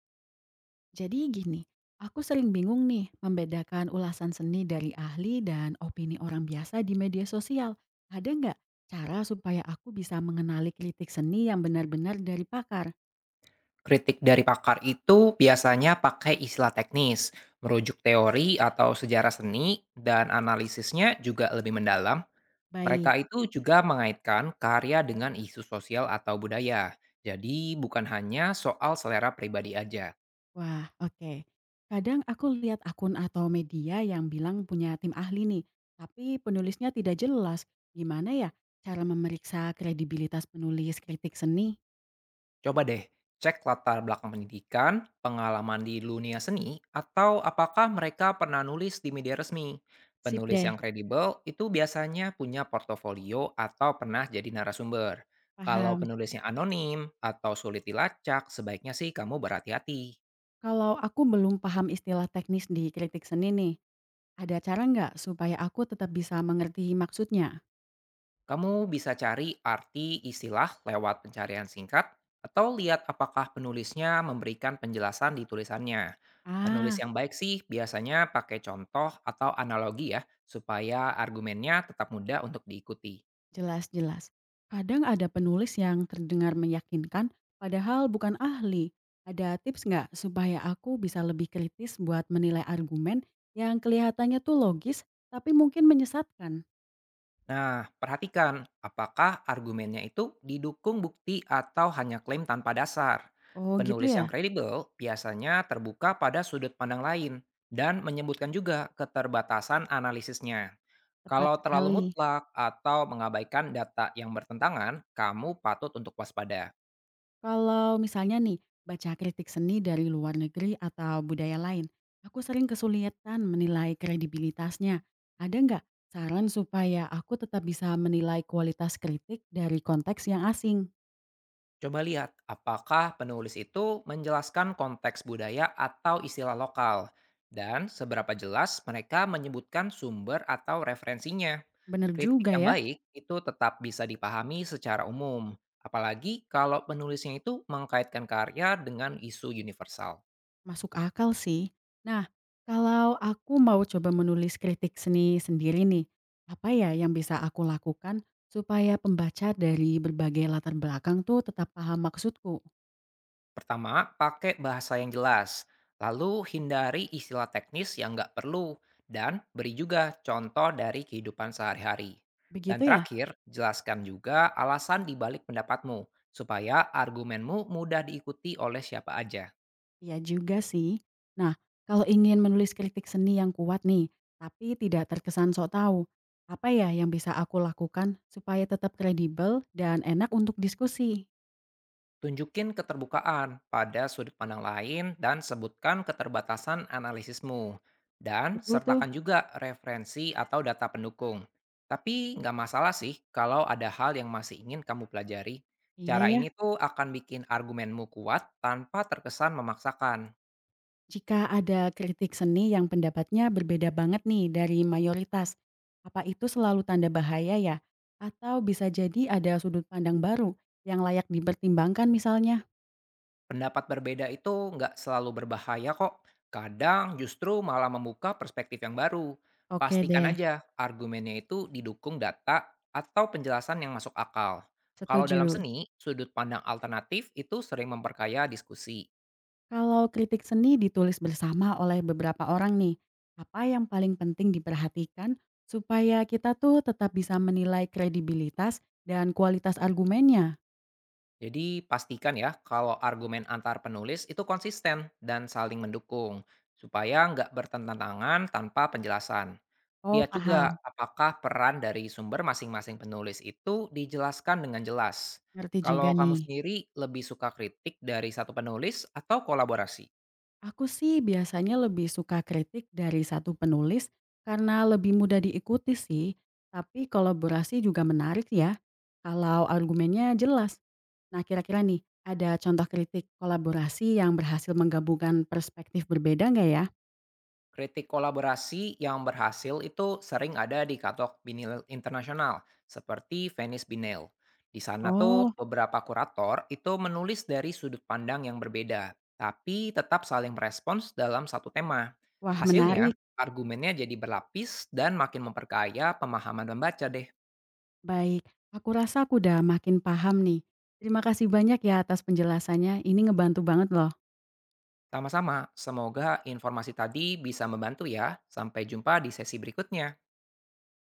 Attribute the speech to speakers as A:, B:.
A: Jadi gini, aku sering bingung nih membedakan ulasan seni dari ahli dan opini orang biasa di media sosial. Ada nggak cara supaya aku bisa mengenali kritik seni yang benar-benar dari pakar?
B: Kritik dari pakar itu biasanya pakai istilah teknis, merujuk teori atau sejarah seni, dan analisisnya juga lebih mendalam.
A: Baik,
B: Mereka itu juga mengaitkan karya dengan isu sosial atau budaya. Jadi bukan hanya soal selera pribadi aja.
A: wah oke. Kadang aku lihat akun atau media yang bilang punya tim ahli nih, tapi penulisnya tidak jelas. Gimana ya cara memeriksa kredibilitas penulis kritik seni?
B: Coba deh, cek latar belakang pendidikan, pengalaman di dunia seni, atau apakah mereka pernah nulis di media resmi.
A: Sip
B: Penulis
A: deh,
B: yang kredibel itu biasanya punya portofolio atau pernah jadi narasumber. Kalau
A: paham.
B: penulisnya anonim atau sulit dilacak, sebaiknya sih kamu berhati-hati.
A: Kalau aku belum paham istilah teknis di kritik seni nih, ada cara nggak supaya aku tetap bisa mengerti maksudnya?
B: Kamu bisa cari arti istilah lewat pencarian singkat atau lihat apakah penulisnya memberikan penjelasan di tulisannya. Penulis
A: Ah,
B: yang baik sih biasanya pakai contoh atau analogi ya, supaya argumennya tetap mudah untuk diikuti.
A: jelas jelas. Kadang ada penulis yang terdengar meyakinkan padahal bukan ahli. Ada tips nggak supaya aku bisa lebih kritis buat menilai argumen yang kelihatannya tuh logis tapi mungkin menyesatkan?
B: Nah, perhatikan apakah argumennya itu didukung bukti atau hanya klaim tanpa dasar.
A: Oh gitu
B: Penulis
A: ya,
B: yang kredibel biasanya terbuka pada sudut pandang lain dan menyebutkan juga keterbatasan analisisnya.
A: tepat
B: Kalau terlalu
A: sekali.
B: mutlak atau mengabaikan data yang bertentangan, kamu patut untuk waspada.
A: Kalau misalnya nih, baca kritik seni dari luar negeri atau budaya lain, aku sering kesulitan menilai kredibilitasnya. Ada nggak saran supaya aku tetap bisa menilai kualitas kritik dari konteks yang asing?
B: Coba lihat apakah penulis itu menjelaskan konteks budaya atau istilah lokal dan seberapa jelas mereka menyebutkan sumber atau referensinya.
A: Bener
B: Kritik
A: juga
B: yang
A: ya,
B: baik itu tetap bisa dipahami secara umum, apalagi kalau penulisnya itu mengkaitkan karya dengan isu universal.
A: masuk akal sih. Nah, kalau aku mau coba menulis kritik seni sendiri nih, apa ya yang bisa aku lakukan supaya pembaca dari berbagai latar belakang tuh tetap paham maksudku?
B: Pertama, pakai bahasa yang jelas. Lalu hindari istilah teknis yang nggak perlu dan beri juga contoh dari kehidupan sehari-hari. Dan
A: Begitu ya?
B: terakhir, jelaskan juga alasan di balik pendapatmu supaya argumenmu mudah diikuti oleh siapa aja.
A: Iya juga sih. Nah, kalau ingin menulis kritik seni yang kuat nih, tapi tidak terkesan sok tahu, apa ya yang bisa aku lakukan supaya tetap kredibel dan enak untuk diskusi?
B: Tunjukin keterbukaan pada sudut pandang lain dan sebutkan keterbatasan analisismu. Dan
A: Betul tuh.
B: sertakan juga referensi atau data pendukung. Tapi nggak masalah sih kalau ada hal yang masih ingin kamu pelajari.
A: Iya
B: Cara
A: ya.
B: ini tuh akan bikin argumenmu kuat tanpa terkesan memaksakan.
A: Jika ada kritik seni yang pendapatnya berbeda banget nih dari mayoritas, apa itu selalu tanda bahaya ya? Atau bisa jadi ada sudut pandang baru yang layak dipertimbangkan misalnya?
B: Pendapat berbeda itu nggak selalu berbahaya kok. Kadang justru malah membuka perspektif yang baru.
A: Oke
B: Pastikan
A: deh,
B: aja argumennya itu didukung data atau penjelasan yang masuk akal. Kalau dalam
A: setuju.
B: seni, sudut pandang alternatif itu sering memperkaya diskusi.
A: Kalau kritik seni ditulis bersama oleh beberapa orang nih, apa yang paling penting diperhatikan supaya kita tuh tetap bisa menilai kredibilitas dan kualitas argumennya?
B: Jadi pastikan ya kalau argumen antar penulis itu konsisten dan saling mendukung, supaya nggak bertentangan tanpa penjelasan.
A: Oh,
B: Lihat juga
A: paham.
B: apakah peran dari sumber masing-masing penulis itu dijelaskan dengan jelas.
A: Ngerti juga
B: Kalau kamu
A: nih.
B: sendiri lebih suka kritik dari satu penulis atau kolaborasi?
A: Aku sih biasanya lebih suka kritik dari satu penulis karena lebih mudah diikuti sih, tapi kolaborasi juga menarik ya kalau argumennya jelas. Nah, kira-kira nih, ada contoh kritik kolaborasi yang berhasil menggabungkan perspektif berbeda nggak ya?
B: Kritik kolaborasi yang berhasil itu sering ada di katalog binil internasional, seperti Venice Biennale. Di sana tuh
A: Oh,
B: beberapa kurator itu menulis dari sudut pandang yang berbeda, tapi tetap saling merespons dalam satu tema.
A: wah
B: Hasilnya,
A: menarik.
B: argumennya jadi berlapis dan makin memperkaya pemahaman membaca deh.
A: Baik, aku rasa aku udah makin paham nih. Terima kasih banyak ya atas penjelasannya. Ini ngebantu banget loh.
B: Sama-sama, semoga informasi tadi bisa membantu ya. Sampai jumpa di sesi berikutnya.